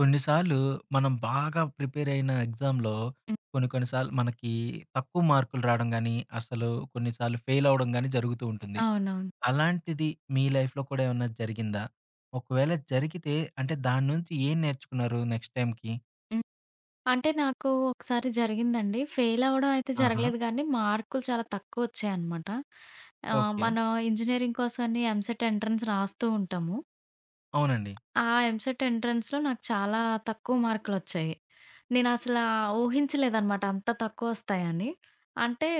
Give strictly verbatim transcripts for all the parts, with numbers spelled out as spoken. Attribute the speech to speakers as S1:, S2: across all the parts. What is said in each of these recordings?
S1: కొన్నిసార్లు మనం బాగా ప్రిపేర్ అయిన ఎగ్జామ్‌లో
S2: హ్మ్.
S1: కొన్ని కొన్ని సార్లు మనకి తక్కువ మార్కులు రావడం గాని, అసలు కొన్నిసార్లు ఫెయిల్ అవ్వడం గాని జరుగుతూ ఉంటుంది.
S2: అవునవును.
S1: అలాంటిది మీ లైఫ్‌లో కూడా ఏమన్నా జరిగిందా? ఒకవేళ జరిగితే అంటే దాని నుంచి ఏం నేర్చుకున్నారు నెక్స్ట్ టైమ్‌కి?
S2: హ్మ్. అంటే నాకు ఒకసారి జరిగిందండి. ఫెయిల్ అవ్వడం అయితే
S1: ఆహా!
S2: జరగలేదు గానీ, మార్కులు చాలా తక్కువొచ్చాయనమాట. ఆహ్,
S1: ఓకే.
S2: మనం ఇంజినీరింగ్ కోసమని ఎంసెట్ ఎంట్రన్స్ రాస్తూ ఉంటాము.
S1: అవునండి.
S2: ఆ ఎంసెట్ ఎంట్రన్స్‌లో నాకు చాలా తక్కువ మార్కులొచ్చాయి. నేనసల ఊహించలేదనమాట అంత తక్కువొస్తాయని. అంటే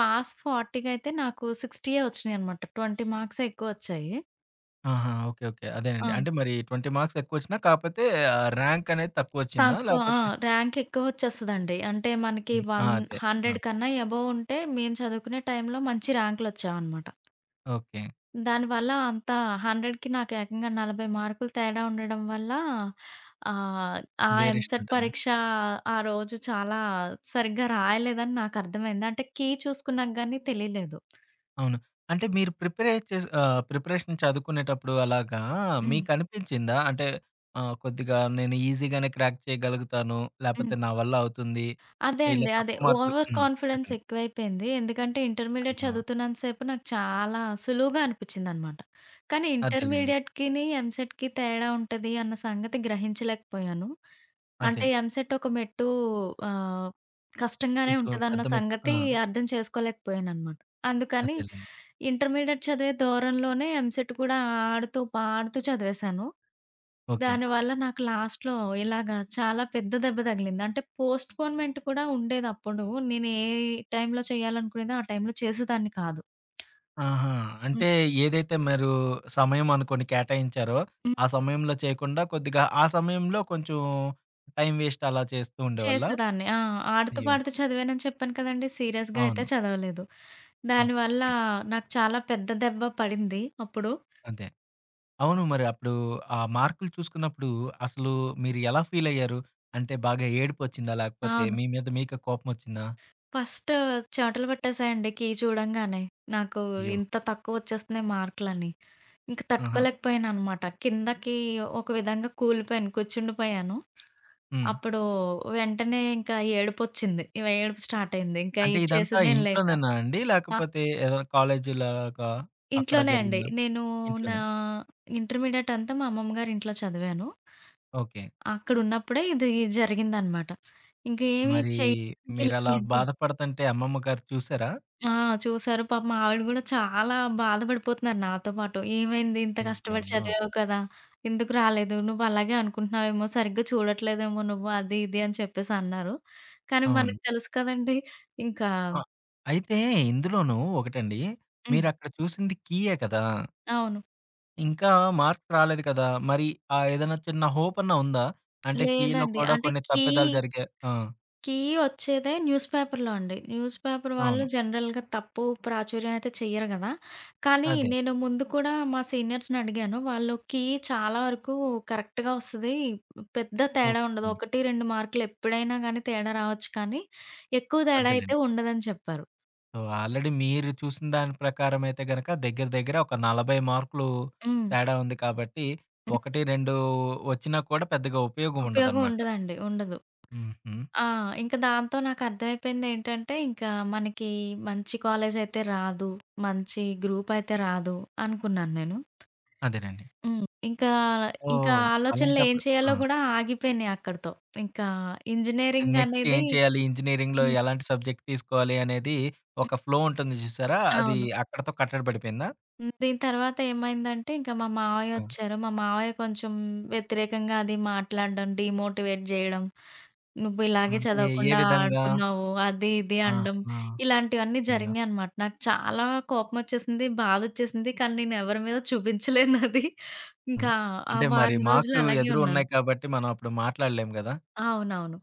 S2: పాస్ నలభై అయితే నాకు అరవై వచ్చినాయనమాట. ఇరవై మార్క్సే ఎక్కువొచ్చాయి.
S1: ఆహా! ఓకే. ఓకే.
S2: ఆ!
S1: అదేనండి. అంటే మరి ఇరవై మార్క్స్ ఎక్కువొచ్చినా కాపోతే ఆహ్, ర్యాంక్ అనేది తక్కువొచ్చిందా?
S2: తక్కువ. ఆ!
S1: లేపోతే
S2: ర్యాంక్ ఎక్కువొచ్చేస్తదండి. అంటే మనకి
S1: హ్మ్. ఆ!
S2: వన్
S1: అదే. ఆ!
S2: వంద కన్నా ఎబోవ్ ఉంటే మేము చదువుకునే టైంలో మంచి ర్యాంకులొచ్చేవన్నమాట.
S1: ఓకే.
S2: దానివల్ల అంత 100కి నాకు ఏకంగా నలభై మార్కులు తేడా ఉండడం వల్ల ఆహ్, ఆ
S1: వేరియేషన్
S2: ఎంసెట్
S1: ఉంటుంది.
S2: పరీక్ష ఆ రోజు చాలా సరిగ్గా రాయలేదని నాకర్థమైంది. అంటే కీ చూసుకున్నాక గాని తెలియలేదు.
S1: అవును. అంటే మీరు ప్రిపేర్ చేసి ఆహ్, ప్రిపరేషన్ చదువుకునేటప్పుడు అలాగా
S2: హ్మ్.
S1: మీకనిపించిందా? అంటే ఆహ్, కొద్దిగా నేను ఈజీగానే క్రాక్ చేయగలుగుతాను.
S2: హ్మ్.
S1: లేపోతే నా వల్ల అవుతుంది.
S2: అదే
S1: ఇలా
S2: అండి. అదే.
S1: తక్కువ మార్కులు
S2: ఓవర్
S1: హ్మ్.
S2: కాన్ఫిడెన్స్
S1: చెప్పండి.
S2: ఎక్కువైపోయింది. ఎందుకంటే ఇంటర్మీడియేట్
S1: అయ్యో!
S2: చదువుతున్నంత సేపు నాకు చాలా సులువుగా అనిపిచ్చిందనమాట. కానీ
S1: అదేలెండి.
S2: ఇంటర్మీడియేట్‌కిని, ఎంసెట్‌కి తేడా ఉంటది అన్న సంగతి గ్రహించలేకపోయాను.
S1: అదే.
S2: అంటే ఎంసెట్ ఒక మెట్టు ఆహ్, కష్టంగానే
S1: కొంచెం
S2: ఉంటదన్న
S1: పెద్ద మెట్టు. ఆ!
S2: సంగతి అర్థం చేసుకోలేకపోయాననమాట. అందుకని
S1: అదేలెండి.
S2: ఇంటర్మీడియేట్ చదివే దూరంలోనే ఎంసెట్ కూడా ఆడుతూ, పాడుతూ చదివేశాను.
S1: ఓకే.
S2: దానివల్ల నాకు లాస్ట్‌లో ఇలాగ చాలా పెద్ద దెబ్బ తగిలింది. అంటే పోస్ట్‌పోన్‌మెంట్ కూడా ఉండేదప్పుడు. నేను ఏ టైంలో చేయాలనుకునేదో ఆ టైంలో చేసేదాన్ని కాదు.
S1: ఆహా!
S2: హ్మ్.
S1: అంటే ఏదైతే మీరు సమయం అనుకోని కేటాయించారో,
S2: హ్మ్.
S1: ఆ సమయంలో చేయకుండా కొద్దిగా ఆ సమయంలో కొంచెం టైం వేస్ట్ అలా చేస్తూ ఉండేవాళ్ళా?
S2: చేసేదాన్ని. ఆ! ఆడుతూ
S1: అయ్యో!
S2: పాడుతూ చదివానని చెప్పాను కదండీ. సీరియస్‌గా అయితే
S1: అవును.
S2: చదవలేదు. దానివల్ల
S1: ఓకే.
S2: నాకు చాలా పెద్ద దెబ్బ పడింది అప్పుడు.
S1: అదే. అవును. మరి అప్పుడు ఆ మార్కులు చూసుకున్నప్పుడు అసలు మీరు ఎలా ఫీలయ్యారు? అంటే బాగా ఏడుపొచ్చిందా? లేకపోతే
S2: అవును.
S1: మీ మీద మీకే కోపమొచ్చిందా?
S2: ఫస్ట్ చెమటలు పట్టేసాయండి కీ చూడంగానే. నాకు
S1: అయ్యో!
S2: ఇంత తక్కువొచ్చేస్తున్నాయి మార్కులని. ఇంక
S1: ఆహా!
S2: తట్టుకోలేకపోయాననమాట. కిందకి ఒక విధంగా కూలిపోయాను, కూర్చుండిపోయాను.
S1: హ్మ్.
S2: అప్పుడు వెంటనే ఇంకా ఏడుపొచ్చింది. ఇగ ఏడుపు స్టార్ట్ అయింది. ఇంకా
S1: అంటే
S2: ఇది
S1: ఇదంతా
S2: చేసేదేం లేక.
S1: ఇంట్లోనేనా అండి?
S2: ఆ!
S1: లేకపోతే ఏదైనా కాలేజీలాగా అక్కడ
S2: ఇంట్లోనే అండి.
S1: జరిగిందా?
S2: నేను నా
S1: ఇంట్లోనే.
S2: ఇంటర్మీడియేట్ అంతా మా అమ్మమ్మ గారింట్లో చదివాను.
S1: ఓకే.
S2: అక్కడున్నప్పుడే ఇది జరిగిందనమాట. ఇంక ఏమి
S1: మరి
S2: చేయడానికి
S1: మీరలా
S2: లేదు.
S1: బాధపడతంటే అమ్మమ్మ గారు చూసారా?
S2: ఆ! చూసారు. పాపం ఆవిడ గూడా చాలా బాధపడిపోతున్నారు నాతో పాటు. ఏమైంది ఇంత కష్టపడి
S1: అయ్యో!
S2: చదివావు కదా! ఎందుకు రాలేదు? నువ్వు అలాగే అనుకుంటున్నావేమో, సరిగ్గా చూడట్లేదేమో నువ్వు అది, ఇది అని చెప్పేసి అన్నారు. కానీ
S1: అవును.
S2: మనకు తెలుసు కదండీ! ఇంకా
S1: ఆ! అయితే ఇందులోనూ ఒకటండి.
S2: హ్మ్.
S1: మీరక్కడ చూసింది కీయే కదా!
S2: అవును.
S1: ఇంకా మార్క్స్ రాలేదు కదా! మరి ఆ ఏదైనా చిన్న హోపన్నా ఉందా? అంటే కీలో
S2: లేదండి.
S1: కూడా
S2: అంటే
S1: కొన్ని
S2: కీ
S1: తప్పిదాలు జరిగాయి. ఆ!
S2: కీ వచ్చేదే న్యూస్ పేపర్‌లో అండి. న్యూస్ పేపర్ వాళ్ళు
S1: అవును.
S2: జనరల్‌గా తప్పు ప్రాచుర్యం అయితే చెయ్యరు గదా! కానీ
S1: అదే.
S2: నేను ముందు కూడా మా సీనియర్స్‌ని అడిగాను. వాళ్ళు కీ చాలా వరకు కరెక్ట్‌గా వస్తది. పెద్ద తేడా ఉండదు.
S1: ఓకే.
S2: ఒకటి, రెండు మార్కులు ఎప్పుడైనా గానీ తేడా రావచ్చు కానీ, ఎక్కువ తేడా అయితే
S1: అదేలెండి.
S2: ఉండదని చెప్పారు.
S1: సో, ఆల్రెడీ మీరు చూసిన దాని ప్రకారం అయితే గనక దగ్గర దగ్గర ఒక నలభై మార్కులు
S2: హ్మ్.
S1: తేడా ఉంది కాబట్టి,
S2: హ్మ్.
S1: ఒకటి, రెండు వచ్చినా కూడా పెద్దగా ఉపయోగం
S2: ఉపయోగం
S1: ఉండదనమాట.
S2: ఉండదండి. ఉండదు.
S1: హుహు.
S2: ఆ! ఇంక దాంతో నాకర్థమైపోయిందేంటంటే, ఇంకా మనకి మంచి కాలేజయితే రాదు. మంచి గ్రూపయితే రాదు అనుకున్నాను నేను.
S1: అదేనండి.
S2: హ్మ్. ఇంకా, ఇంకా
S1: ఓహ్!
S2: ఆలోచనలు ఏం
S1: అలాంటప్పుడు ఆ!
S2: చేయాలో గూడా ఆగిపోయినాయి అక్కడితో. ఇంకా ఇంజినీరింగ్
S1: నెక్స్ట్ ఏం
S2: అనేది
S1: చేయాలి? ఇంజినీరింగ్‌లో
S2: హ్మ్.
S1: ఎలాంటి సబ్జెక్ట్ తీసుకోవాలి అనేది ఒక ఫ్లో ఉంటుంది చూసారా? అది
S2: అవును.
S1: అక్కడితో కట్టడి పడిపోయిందా?
S2: హ్మ్. దీని తర్వాత ఏమైందంటే ఇంకా మా మావయ్య
S1: ఆ!
S2: వచ్చారు. మా మావయ్య కొంచెం వ్యతిరేకంగా అది మాట్లాడడం, డీమోటివేట్ జేయడం. "నువ్వు ఇలాగే
S1: అంటే ఏ
S2: చదవకుండా
S1: విధంగా?
S2: ఆడుకున్నావు" అది ఇది అనడం.
S1: ఆహా!
S2: ఇలాంటివన్నీ
S1: అయ్యో!
S2: జరిగినాయన్నమాట. నాకు చాలా కోపమొచ్చేసింది, బాధొచ్చేసింది. కానీ నేను ఎవరి మీద చూపించలేనది.
S1: ఆ!
S2: ఇంకా ఆ
S1: అంటే మరి
S2: వారం రోజులు
S1: మార్క్స్
S2: అలాగే
S1: ఎదురు
S2: ఉన్నాను.
S1: ఉన్నాయి కాబట్టి మనం అప్పుడు మాట్లాడలేము గదా!
S2: అవునవును.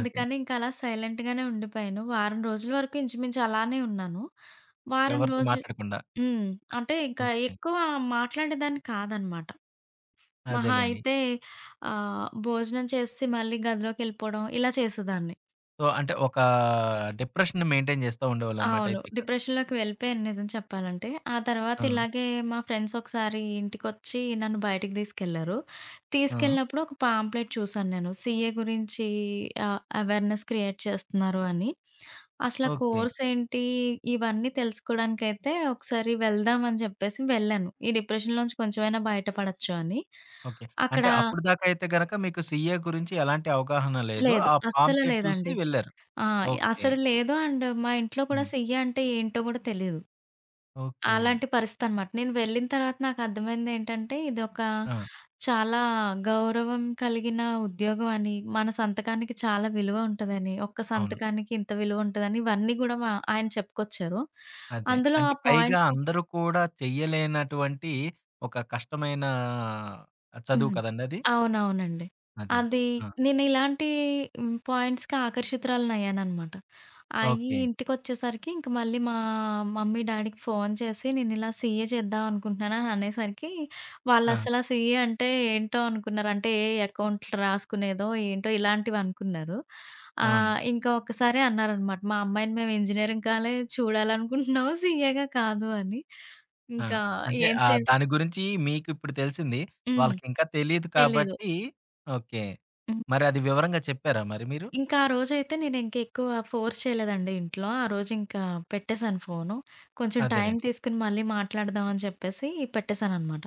S1: అదే.
S2: ఇంకలా సైలెంట్ గానే ఉండిపోయాను. వారం రోజుల వరకు ఇంచుమించు అలానే ఉన్నాను. వారం
S1: ఎవరితో
S2: రోజు
S1: మాట్లాడకుండా.
S2: హ్మ్. అంటే ఇంకా
S1: ఓకే.
S2: ఎక్కువ మాట్లాడేదాన్ని కాదనమాట. మహా
S1: అదేలెండి.
S2: అయితే ఆహ్, భోజనం చేసేసి మళ్ళీ గదిలోకెళ్ళిపోవడం ఇలా చేసేదాన్ని.
S1: సో, అంటే ఒక డిప్రెషన్‌ని మెయింటైన్ చేస్తా ఉండేవాళ్ళనమాట
S2: అవును.
S1: అయితే ఇక.
S2: డిప్రెషన్‌లోకి వెళ్ళిపోయాను నిజం చెప్పాలంటే. ఆ తర్వాత
S1: ఆ!
S2: ఇలాగే మా ఫ్రెండ్స్ ఒకసారి ఇంటికొచ్చి నన్ను బయటికి తీసుకెళ్లారు.
S1: ఆ!
S2: తీసుకెళ్ళినప్పుడు ఒక పాంప్లెట్ చూసాను నేను. సీఏ గురించి ఆహ్, అవేర్‌నెస్ క్రియేట్ చేస్తున్నారు అని. అసల
S1: ఓకే.
S2: కోర్స్ ఏంటి? ఇవన్నీ తెలుసుకోవడానికైతే ఒకసారి వెళ్దాం అని చెప్పేసి వెళ్ళాను. ఈ డిప్రెషన్‌లోంచి కొంచెమైనా బయటపడొచ్చు అని.
S1: ఓకే.
S2: అక్కడ
S1: అంటే అప్పటిదాకా అయితే గనక మీకు సీఏ గురించి ఎలాంటి అవగాహన లేదు.
S2: లేదు.
S1: ఆ
S2: అస్సలు
S1: పాంప్లెట్ చూసి
S2: లేదండి.
S1: వెళ్లారు.
S2: ఆ!
S1: ఓకే.
S2: అసలు లేదు. అండ్ మా ఇంట్లో కూడా
S1: హ్మ్.
S2: సీఏ అంటే ఏంటో కూడా తెలీదు.
S1: ఓకే.
S2: అలాంటి పరిస్థితనమాట. నేను వెళ్ళిన తర్వాత నాకర్థమైందేంటంటే, ఇదొక
S1: ఆ!
S2: చాలా గౌరవం కలిగిన ఉద్యోగం అని, మన సంతకానికి చాలా విలువ ఉంటదని, ఒక్క
S1: అవును.
S2: సంతకానికి ఇంత విలువ ఉంటదని, ఇవన్నీ గూడా మా ఆయన చెప్పుకొచ్చారు.
S1: అదే.
S2: అందులో
S1: అంటే
S2: ఆ
S1: పైగా
S2: పాయింట్స్
S1: అందరూ కూడా చెయ్యలేనటువంటి ఒక కష్టమైన చదువు
S2: హ్మ్.
S1: కదండీ అది.
S2: అవునవునండి.
S1: అదే.
S2: అది
S1: ఆ!
S2: నేనిలాంటి హ్మ్, పాయింట్స్‌కి ఆకర్షితురాలినయ్యాననమాట. అయ్యి
S1: ఓకే.
S2: ఇంటికొచ్చేసరికి ఇంక మళ్ళీ మా మమ్మీ, డ్యాడీకి ఫోను చేసి నేనిలా సీఏ చేద్దామనుకుంటున్నానని అనేసరికి
S1: ఆ!
S2: వాళ్ళసలా సీఏ అంటే ఏంటో అనుకున్నారు. అంటే ఏ అకౌంట్లు రాసుకునేదో ఏంటో ఇలాంటివనుకున్నారు.
S1: అవును.
S2: ఆహ్, ఇంకా ఒక్కసారే అన్నారనమాట. మా అమ్మాయిని మేము ఇంజినీరింగ్‌గాలే చూడాలనుకుంటున్నాము సీఏగా కాదు అని.
S1: ఆ!
S2: ఇంకా
S1: అంటే
S2: ఏం చే
S1: ఆహ్, దాని గురించి మీకిప్పుడు తెలిసింది.
S2: హ్మ్.
S1: వాళ్ళకింకా తెలీదు
S2: తెలీదు.
S1: కాబట్టి ఓకే. మరి అది వివరంగా చెప్పారా మరి మీరు?
S2: ఇంకా ఆ రోజైతే నేనింక ఎక్కువ ఫోర్స్ చేయలేదండి ఇంట్లో. ఆ రోజింకా పెట్టేశాను ఫోను. కొంచెం టైం
S1: అదేలెండి.
S2: తీసుకొని మళ్ళీ మాట్లాడదాం అని చెప్పేసి పెట్టేశాననమాట.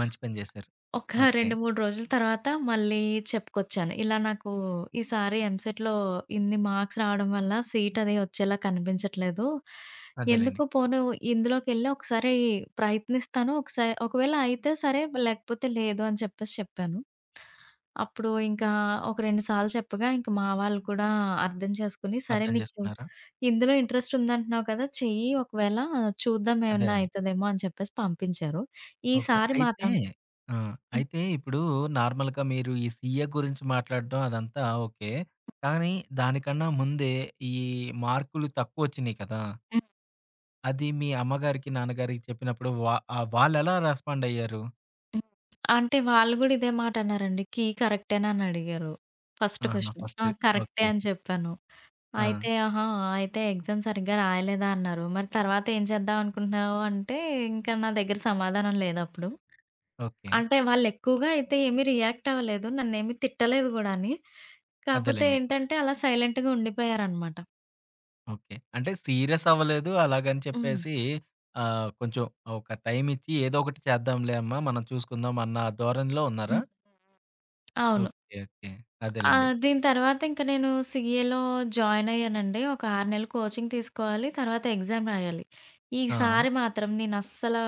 S1: మంచి పని జేశారు.
S2: ఒక
S1: ఓకే.
S2: రెండు, మూడు రోజుల తర్వాత మళ్ళీ చెప్పుకొచ్చాను. ఇలా నాకు ఈసారి ఎంసెట్‌లో ఇన్ని మార్క్స్ రావడం వల్ల సీట్ అది వచ్చేలా కనిపించట్లేదు.
S1: అదేలెండి.
S2: ఎందుకు పోను ఇందులోకెళ్ళి ఒకసారి ప్రయత్నిస్తాను. ఒకసారి ఒకవేళ అయితే సరే లేకపోతే లేదు అని చెప్పేసి చెప్పాను. అప్పుడు ఇంకా ఒక రెండు సార్లు చెప్పగా ఇంక మా వాళ్ళు కూడా అర్థం చేసుకొని, సరే
S1: అర్థం
S2: నీకు
S1: జేసుకున్నారా?
S2: ఇందులో ఇంట్రెస్ట్ ఉందంటున్నావు కదా! చెయ్యి ఒకవేళ చూద్దాం ఏమన్నా
S1: అదేలెండి.
S2: అయితదేమో అని చెప్పేసి పంపించారు.
S1: ఓకే.
S2: ఈసారి
S1: అయితే
S2: మాత్రం
S1: ఆ!
S2: హ్మ్.
S1: అయితే ఇప్పుడు నార్మల్‌గా మీరు ఈ సీఏ గురించి మాట్లాడడం అదంతా ఓకే. కానీ దానికన్నా ముందే ఈ మార్కులు తక్కువొచ్చినియి కదా! అది మీ అమ్మగారికి, నాన్నగారికి చెప్పినప్పుడు వా ఆహ్, వాళ్ళెలా రెస్పాండ్ అయ్యారు?
S2: హ్మ్. అంటే వాళ్ళు గూడా ఇదే మాటన్నారండి. కీ కరెక్టేనా అని అడిగారు. ఫస్ట్
S1: ఆహా!
S2: క్వెషన్. ఆ!
S1: ఫస్ట్
S2: కరెక్టే
S1: ఓకే.
S2: అని చెప్పాను.
S1: ఆ!
S2: అయితే ఆహా! అయితే ఎగ్జామ్ సరిగ్గా రాయలేదా అన్నారు. మరి తర్వాత ఏం చేద్దాం అనుకుంటున్నావు అంటే, ఇంకా నా దగ్గర సమాధానం లేదప్పుడు.
S1: ఓకే.
S2: అంటే వాళ్ళెక్కువగా అయితే ఏమి రియాక్ట్ అవ్వలేదు. నన్నేమి తిట్టలేదు గూడాని. కాపోతే
S1: అదేలెండి.
S2: ఏంటంటే అలా సైలెంట్‌గా ఉండిపోయారనమాట.
S1: ఓకే. అంటే సీరియస్ అవ్వలేదు. అలాగని
S2: హ్మ్.
S1: చెప్పేసి ఆహ్, కొంచెం ఒక టైమ్ ఇచ్చి ఏదో ఒకటి చేద్దాంలే అమ్మా! మనం చూసుకుందాం అన్న ధోరణిలో ఉన్నారా?
S2: హ్మ్. అవును.
S1: ఓకే. ఓకే.
S2: ఆ!
S1: అదేలెండి.
S2: దీని తర్వాత ఇంక నేను సీఏలో జాయిన్ అయ్యానండి. ఒక ఆరు నెలలు కోచింగ్ తీసుకోవాలి. తర్వాత ఎగ్జామ్ రాయాలి.
S1: ఆ!
S2: ఈసారి మాత్రం నేనస్సలా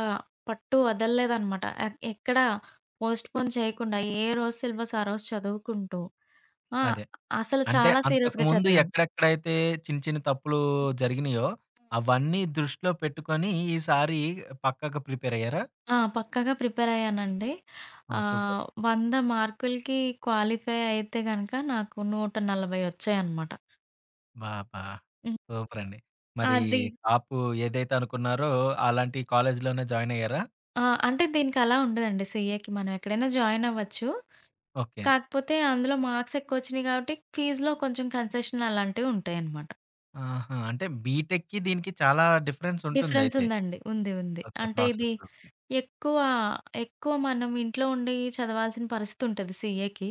S2: పట్టు వదలలేదనమాట. ఎక్ ఎక్కడా పోస్ట్‌పోన్ చేయకుండా ఏ రోజు సిలబస్ ఆ రోజు చదువుకుంటూ ఆ!
S1: అదే.
S2: అసలు
S1: అంటే
S2: చాలా సీరియస్‌గా
S1: అంతకుముందు
S2: చదివాను.
S1: ఎక్కడెక్కడైతే చిన్న చిన్న తప్పులు జరిగినాయో, అవన్నీ దృష్టిలో పెట్టుకొని ఈసారి పక్కాగా ప్రిపేర్ అయ్యారా?
S2: ఆ! పక్కాగా ప్రిపేర్ అయ్యానండి.
S1: ఓహ్! సూపర్.
S2: ఆహ్, వంద మార్కులకి క్వాలిఫై అయితే గనక నాకు నూట నలభై వచ్చాయనమాట.
S1: అబ్బబ్బా!
S2: హ్మ్.
S1: సూపర్ అండి. మరి
S2: అది
S1: టాపు ఏదైతే అనుకున్నారో అలాంటి కాలేజ్‌లోనే జాయిన్ అయ్యారా?
S2: ఆ! అంటే దీనికలా ఉండదండి సీఏకి. మనం ఎక్కడైనా జాయిన్ అవ్వచ్చు.
S1: ఓకే.
S2: కాకపోతే అందులో మార్క్స్ ఎక్కువొచ్చినియి గాబట్టి, ఫీజులో కొంచెం కన్సెషన్ అలాంటివి ఉంటాయనమాట.
S1: ఆహా! అంటే బీటెక్‌కి దీనికి చాలా డిఫరెన్స్
S2: డిఫరెన్స్
S1: ఉంటుందయితే.
S2: ఉందండి. ఉంది. ఉంది.
S1: ఓకే.
S2: అంటే ఇది
S1: ప్రాసెస్. ఓకే.
S2: ఎక్కువ, ఎక్కువ మనం ఇంట్లో ఉండి చదవాల్సిన పరిస్థితుంటది సీఏకి.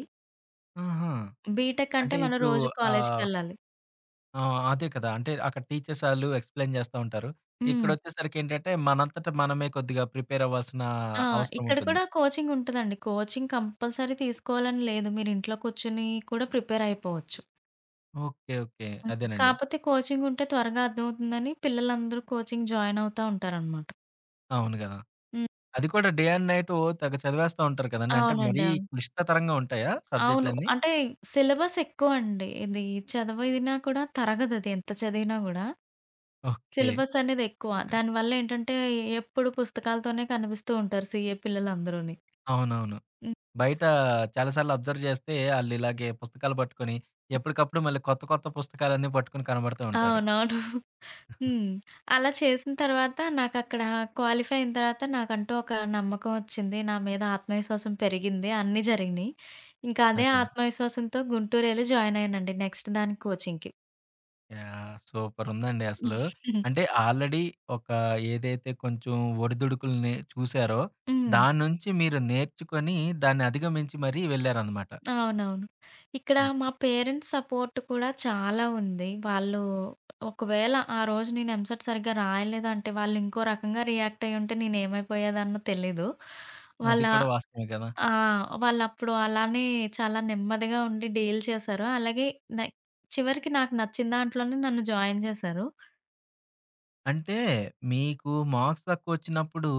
S1: ఆహా!
S2: బీటెక్ అంటే
S1: అంటే
S2: మనం
S1: ఇప్పుడు
S2: రోజు
S1: ఆ!
S2: కాలేజికెళ్ళాలి.
S1: ఆ! అదే కదా! అంటే అక్కడ టీచర్స్ ఆళ్ళు ఎక్స్‌ప్లెయిన్ జేస్తా ఉంటారు.
S2: హ్మ్.
S1: ఇక్కడొచ్చేసరికి ఏంటంటే, మనంతట మనమే కొద్దిగా ప్రిపేర్ అవ్వాల్సిన
S2: ఆ!
S1: అవసరం
S2: ఇక్కడ
S1: ఉంటుంది.
S2: కూడా కోచింగ్ ఉంటదండి. కోచింగ్ కంపల్సరీ తీసుకోవాలని లేదు. మీరు ఇంట్లో కూర్చొని కూడా ప్రిపేర్ అయిపోవచ్చు.
S1: ఓకే. ఓకే.
S2: హ్మ్.
S1: అదేనండి.
S2: కాపోతే కోచింగ్ ఉంటే త్వరగా అర్థమవుతుందని పిల్లలందరూ కోచింగ్ జాయిన్ అవుతా ఉంటారనమాట.
S1: అవును గదా!
S2: హ్మ్.
S1: అది కూడా డే అండ్ నైటు తెగ చదివేస్తా ఉంటారు కదండీ! అంటే
S2: అవునండి.
S1: మరీ
S2: అవును.
S1: క్లిష్టతరంగా ఉంటాయా
S2: అవును.
S1: సబ్జెక్టులన్నీ?
S2: అంటే సిలబస్ ఎక్కువండి. ఇది చదివినా కూడా తరగదది ఎంత చదివినా గూడా.
S1: ఓకే.
S2: సిలబస్ అనేది ఎక్కువ. దానివల్లేంటంటే ఎప్పుడు పుస్తకాలతోనే కనిపిస్తూ ఉంటారు సీఏ పిల్లలందరూని.
S1: అవునవును.
S2: హ్మ్.
S1: బయట చాలా సార్లు అబ్జర్వ్ జేస్తే ఆళ్ళిలాగే పుస్తకాలు పట్టుకొని ఎప్పటికప్పుడు మళ్ళీ కొత్త కొత్త పుస్తకాలన్నీ పట్టుకొని కనబడుతూ ఉంటారు.
S2: అవునవును. హ్మ్. అలా చేసిన తర్వాత నాకక్కడ క్వాలిఫై అయిన తర్వాత నాకంటూ ఒక నమ్మకం ఒచ్చింది. నా మీద ఆత్మవిశ్వాసం పెరిగింది. అన్నీ జరిగినియి. ఇంకా అదే
S1: అదే.
S2: ఆత్మవిశ్వాసంతో గుంటూరెళ్లి జాయిన్ అయ్యానండి నెక్స్ట్ దానికి కోచింగ్‌కి.
S1: యాహ్! సూపర్ ఉందండి అసలు. అంటే ఆల్రెడీ ఒక ఏదైతే కొంచెం ఒడిదుడుకుల్ని చూసారో,
S2: హ్మ్.
S1: దాని నుంచి మీరు నేర్చుకొని దాన్ని అధిగమించి మరీ వెళ్లారనమాట.
S2: అవునవును. ఇక్కడ మా
S1: ఓకే.
S2: పేరెంట్స్ సపోర్ట్ కూడా చాలా ఉంది. వాళ్ళు ఒకవేళ ఆ రోజు నేను ఎంసెట్ సరిగ్గా రాయలేదంటే, వాళ్ళు ఇంకో రకంగా రియాక్ట్ అయ్యుంటే నేనేమైపోయేదాన్నో తెలీదు.
S1: అది
S2: వాళ్ళ
S1: కూడా వాస్తవమే కదా!
S2: ఆ! వాళ్ళప్పుడు అలానే చాలా నెమ్మదిగా ఉండి డీల్ చేశారు. అలాగే న చివరికి నాకు నచ్చిన దాంట్లోనే నన్ను జాయిన్ చేశారు.
S1: అంటే మీకు మార్క్స్ తక్కువొచ్చినప్పుడు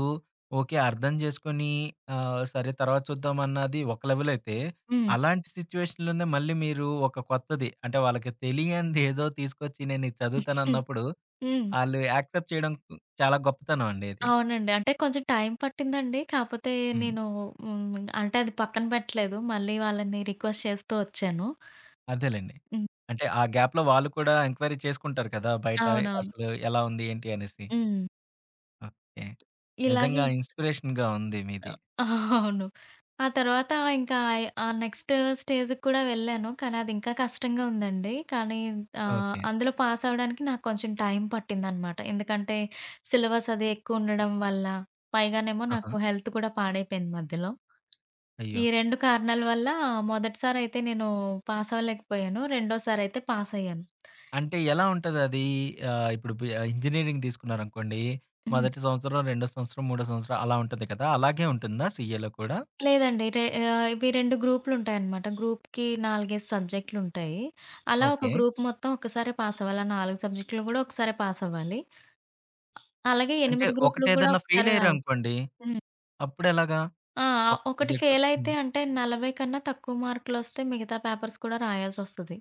S1: ఓకే. అర్థం చేసుకొని ఆహ్, సరే తర్వాత చూద్దాం అన్నది ఒక లెవెల్ అయితే,
S2: హ్మ్.
S1: అలాంటి సిట్యుయేషన్‌లోనే మళ్ళీ మీరు ఒక కొత్తది అంటే వాళ్ళకి తెలియనిది ఏదో తీసుకొచ్చి నేను ఇది
S2: హ్మ్.
S1: చదువుతానన్నప్పుడు
S2: హ్మ్.
S1: ఆళ్ళు యాక్సెప్ట్ చేయడం చాలా గొప్పతనం అండి ఇది.
S2: అవునండి. అంటే కొంచెం టైం పట్టిందండి. కాపోతే
S1: హ్మ్.
S2: నేను హ్మ్. అంటే అది పక్కన పెట్టలేదు. మళ్ళీ వాళ్ళని రిక్వెస్ట్ చేస్తూ వచ్చాను.
S1: అదేలెండి.
S2: హ్మ్.
S1: అంటే ఆ గ్యాప్‌లో వాళ్ళు కూడా ఎంక్వైరీ చేసుకుంటారు కదా! బయట
S2: అవునవును.
S1: అసలు ఎలా ఉంది? ఏంటి? అనేసి.
S2: హ్మ్.
S1: ఓకే. నిజంగా
S2: ఇలాగే
S1: ఇన్‌స్పిరేషన్‌గా ఉంది మీది.
S2: అవును. ఆ తర్వాత ఇంకా ఆహ్, ఆ నెక్స్ట్ స్టేజ్‌కి కూడా వెళ్ళాను. కానీ అది ఇంకా కష్టంగా ఉందండి. కానీ ఆహ్,
S1: ఓకే.
S2: అందులో పాస్ అవ్వడానికి నాకు కొంచెం టైం పట్టిందనమాట. ఎందుకంటే సిలబస్ అది ఎక్కువ ఉండడం వల్ల, పైగానేమో
S1: ఆహా!
S2: నాకు హెల్త్ కూడా పాడైపోయింది మధ్యలో.
S1: అయ్యో!
S2: ఈ రెండు కారణాల వల్ల మొదటిసారి అయితే నేను పాస్ అవ్వలేకపోయాను. రెండోసారి అయితే పాస్ అయ్యాను.
S1: అంటే ఎలా ఉంటదది? ఆహ్, ఇప్పుడు బి ఇంజినీరింగ్ తీసుకున్నారనుకోండి.
S2: హ్మ్.
S1: మొదటి సంవత్సరం, రెండో సంవత్సరం, మూడో సంవత్సరం అలా ఉంటది కదా! అలాగే ఉంటుందా సీఏలో కూడా?
S2: లేదండి. రే ఆహ్, ఇవి రెండు గ్రూప్‌లుంటాయనమాట. గ్రూప్‌కి నాలుగు, ఐదు సబ్జెక్టులుంటాయి. అలా ఒక
S1: ఓకే.
S2: గ్రూప్ మొత్తం ఒక్కసారే పాస్ అవ్వాలి. ఆ నాలుగు సబ్జెక్టులు గూడా ఒకసారే పాస్ అవ్వాలి. అలాగే
S1: అంటే
S2: ఎనిమిది గ్రూపులు గూడా
S1: ఒకటేదన్నా ఫెయిల్
S2: ఒకసారే రాయొచ్చు.
S1: అయ్యారనుకోండి.
S2: హ్మ్.
S1: అప్పుడెలాగా?
S2: ఆ!
S1: ఒక
S2: ఒకటి
S1: సబ్జెక్టు.
S2: ఫెయిలయితే అంటే నలభై కన్నా తక్కువ మార్కులొస్తే మిగతా పేపర్స్ కూడా రాయాల్సొస్తది.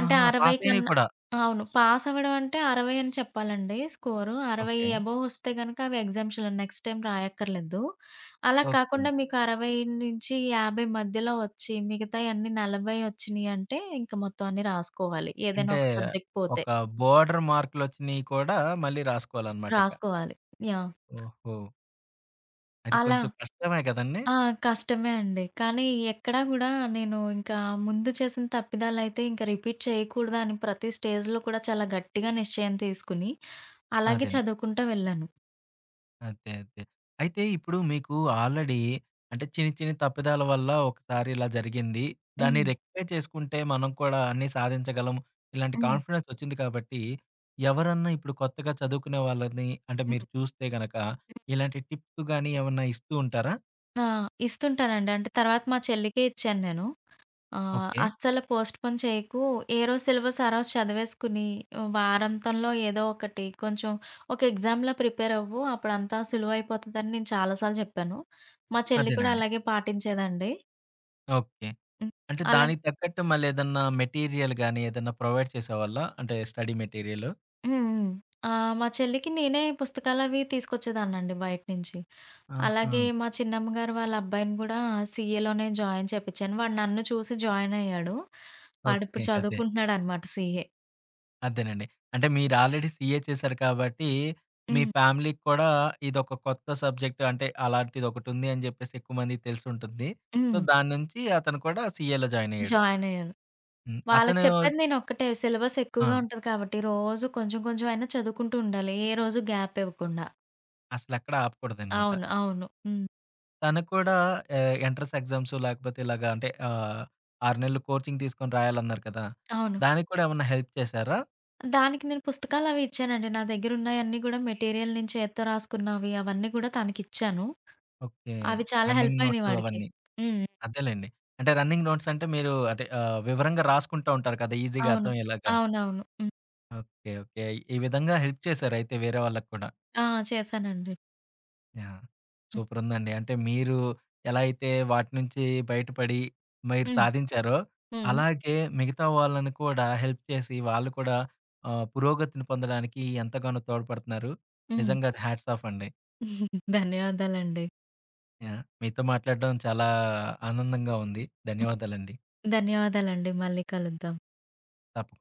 S2: అంటే
S1: ఆహా!
S2: అరవై
S1: పాస్ అయినవి
S2: కన్నా
S1: కూడా.
S2: అవును. పాస్ అవ్వడం అంటే అరవై అని చెప్పాలండి స్కోరు. అరవై
S1: ఓకే.
S2: అబోవ్ వస్తే గనక అవి ఎగ్జామ్స్‌లో నెక్స్ట్ టైమ్ రాయక్కర్లేదు. అలా
S1: ఓకే.
S2: కాకుండా మీకు అరవై నుంచి యాభై మధ్యలో వచ్చి మిగతాయన్నీ నలభై వచ్చినియి అంటే ఇంక మొత్తం అన్నీ రాసుకోవాలి. ఏదైనా
S1: అంటే
S2: ఒక సబ్జెక్ట్ పోతే
S1: ఒక బోర్డర్ మార్కులొచ్చినియి కూడా మళ్ళీ రాసుకోవాలనమాట ఇక.
S2: రాసుకోవాలి. యాహ్!
S1: ఓహో! అది
S2: అలా
S1: కొంచెం కష్టమే కదండీ!
S2: ఆ! కష్టమే అండి. కానీ ఎక్కడా గూడా నేను ఇంకా ముందు చేసిన తప్పిదాలైతే ఇంకా రిపీట్ చేయకూడదు అని ప్రతి స్టేజ్‌లో కూడా చాలా గట్టిగా నిశ్చయం తీసుకుని, అలాగే
S1: అదండి.
S2: చదువుకుంటా వెళ్ళాను.
S1: అదే. అదే. అయితే ఇప్పుడు మీకు ఆల్రెడీ అంటే చిన్ని చిన్ని తప్పిదాల వల్ల ఒకసారి ఇలా జరిగింది. దాన్ని
S2: హ్మ్.
S1: రెక్టిఫై చేసుకుంటే మనం కూడా అన్నీ సాధించగలం. ఇలాంటి
S2: హ్మ్.
S1: కాన్ఫిడెన్స్ వచ్చింది కాబట్టి ఎవరన్నా ఇప్పుడు కొత్తగా చదువుకునే వాళ్ళని అంటే మీరు
S2: హ్మ్.
S1: చూస్తే గనక
S2: హ్మ్.
S1: ఇలాంటి టిప్స్ గాని ఏమన్నా ఇస్తూ ఉంటారా?
S2: ఆ! ఇస్తుంటానండి. అంటే తర్వాత మా చెల్లికే ఇచ్చాను నేను. ఆహ్,
S1: ఓకే.
S2: అస్సలు పోస్ట్‌పోన్ చేయకు. ఏ రోజు సిలబస్ ఆ రోజు చదివేసుకుని వారాంతంలో ఏదో ఒకటి కొంచెం ఒక ఎగ్జామ్‌లా ప్రిపేర్ అవ్వు. అప్పుడంతా సులువైపోతదని నేను చాలా సార్లు జెప్పాను. మా చెల్లి కూడా
S1: అదేనండి.
S2: అలాగే పాటించేదండి.
S1: ఓకే.
S2: హ్మ్.
S1: అంటే
S2: అలా
S1: దానికి తగ్గట్టు మళ్ళేదన్నా మెటీరియల్ గాని, ఏదన్నా ప్రొవైడ్ చేసేవాళ్ళా? అంటే స్టడీ మెటీరియల్.
S2: హ్మ్. హ్మ్. ఆహ్, మా చెల్లికి నేనే పుస్తకాలవి తీసుకొచ్చేదాన్నండి బయట నుంచి.
S1: ఆహా!
S2: అలాగే మా చిన్నమ్మ గారు వాళ్ళ అబ్బాయిని గూడా సీఏలోనే జాయిన్ చేపిచ్చాను. వాడు నన్ను చూసి జాయిన్ అయ్యాడు.
S1: ఓకే.
S2: వాడిప్పుడు
S1: అదే.
S2: చదువుకుంటున్నాడనమాట సీఏ.
S1: అదేనండి. అంటే మీరు ఆల్రెడీ సీఏ చేశారు కాబట్టి, మీ
S2: హ్మ్.
S1: ఫ్యామిలీకి కూడా ఇదొక కొత్త సబ్జెక్ట్ అంటే అలాంటిదొకటుంది అని జెప్పేసి ఎక్కువ మందికి తెలిసుంటుంది. సో,
S2: హ్మ్.
S1: దాని నుంచి అతను కూడా సీఏలో జాయిన్ అయ్యాడు.
S2: జాయిన్ అయ్యాను.
S1: హ్మ్.
S2: వాళ్ళకి
S1: అతను
S2: చెప్పేది నేనొక్కటే సిలబస్
S1: ఆ!
S2: ఎక్కువగా ఉంటది కాబట్టి రోజు కొంచెం కొంచెం అయినా చదువుకుంటూ ఉండాలి. ఏ రోజు గ్యాప్ ఇవ్వకుండా.
S1: అసలెక్కడ ఆపకూడదనమాట.
S2: అవును. అవును. హ్మ్.
S1: తను కూడా ఆహ్, ఎంట్రన్స్ ఎగ్జామ్స్ లేకపోతే ఇలాగ అంటే ఆహ్, ఆరు నెలలు కోచింగ్ తీసుకొని రాయాలన్నారు కదా!
S2: అవును.
S1: దానికి కూడా ఏమన్నా హెల్ప్ చేశారా?
S2: దానికి నేను పుస్తకాలవి ఇచ్చానండి. నా దగ్గరున్నాయన్నీ గూడా మెటీరియల్ నుంచి ఎత్త రాసుకున్నవి అవన్నీ గూడా తనకిచ్చాను.
S1: ఓకే.
S2: అవి చాలా
S1: రన్నింగ్
S2: హెల్ప్ అయినాయి
S1: నోట్స్
S2: వాడికి.
S1: అవన్నీ.
S2: హ్మ్.
S1: అదేలెండి. అంటే రన్నింగ్ నోట్స్ అంటే మీరు అంటే ఆహ్, వివరంగా రాసుకుంటా ఉంటారు కదా! ఈజీగా
S2: అవును.
S1: అర్థమయ్యేలాగా.
S2: అవునవును. హ్మ్.
S1: ఓకే. ఓకే. ఈ విధంగా హెల్ప్ చేశారయితే వేరే వాళ్ళకి కూడా.
S2: ఆ! చేశానండి.
S1: యాహ్!
S2: హ్మ్.
S1: సూపరుందండి. అంటే మీరు ఎలా అయితే వాటి నుంచి బయటపడి మీరు
S2: హ్మ్.
S1: సాధించారో,
S2: హ్మ్.
S1: అలాగే మిగతా వాళ్ళని కూడా హెల్ప్ చేసి వాళ్ళు కూడా ఆహ్, పురోగతిని పొందడానికి ఎంతగానో తోడ్పడుతున్నారు. నిజంగా హ్యాట్స్ ఆఫ్ అండి.
S2: హ్మ్. ధన్యవాదాలండి.
S1: యాహ్! మీతో మాట్లాడడం చాలా ఆనందంగా ఉంది. ధన్యవాదాలండి.
S2: ధన్యవాదాలండి. మళ్ళీ కలుద్దాం.
S1: తప్పకుండా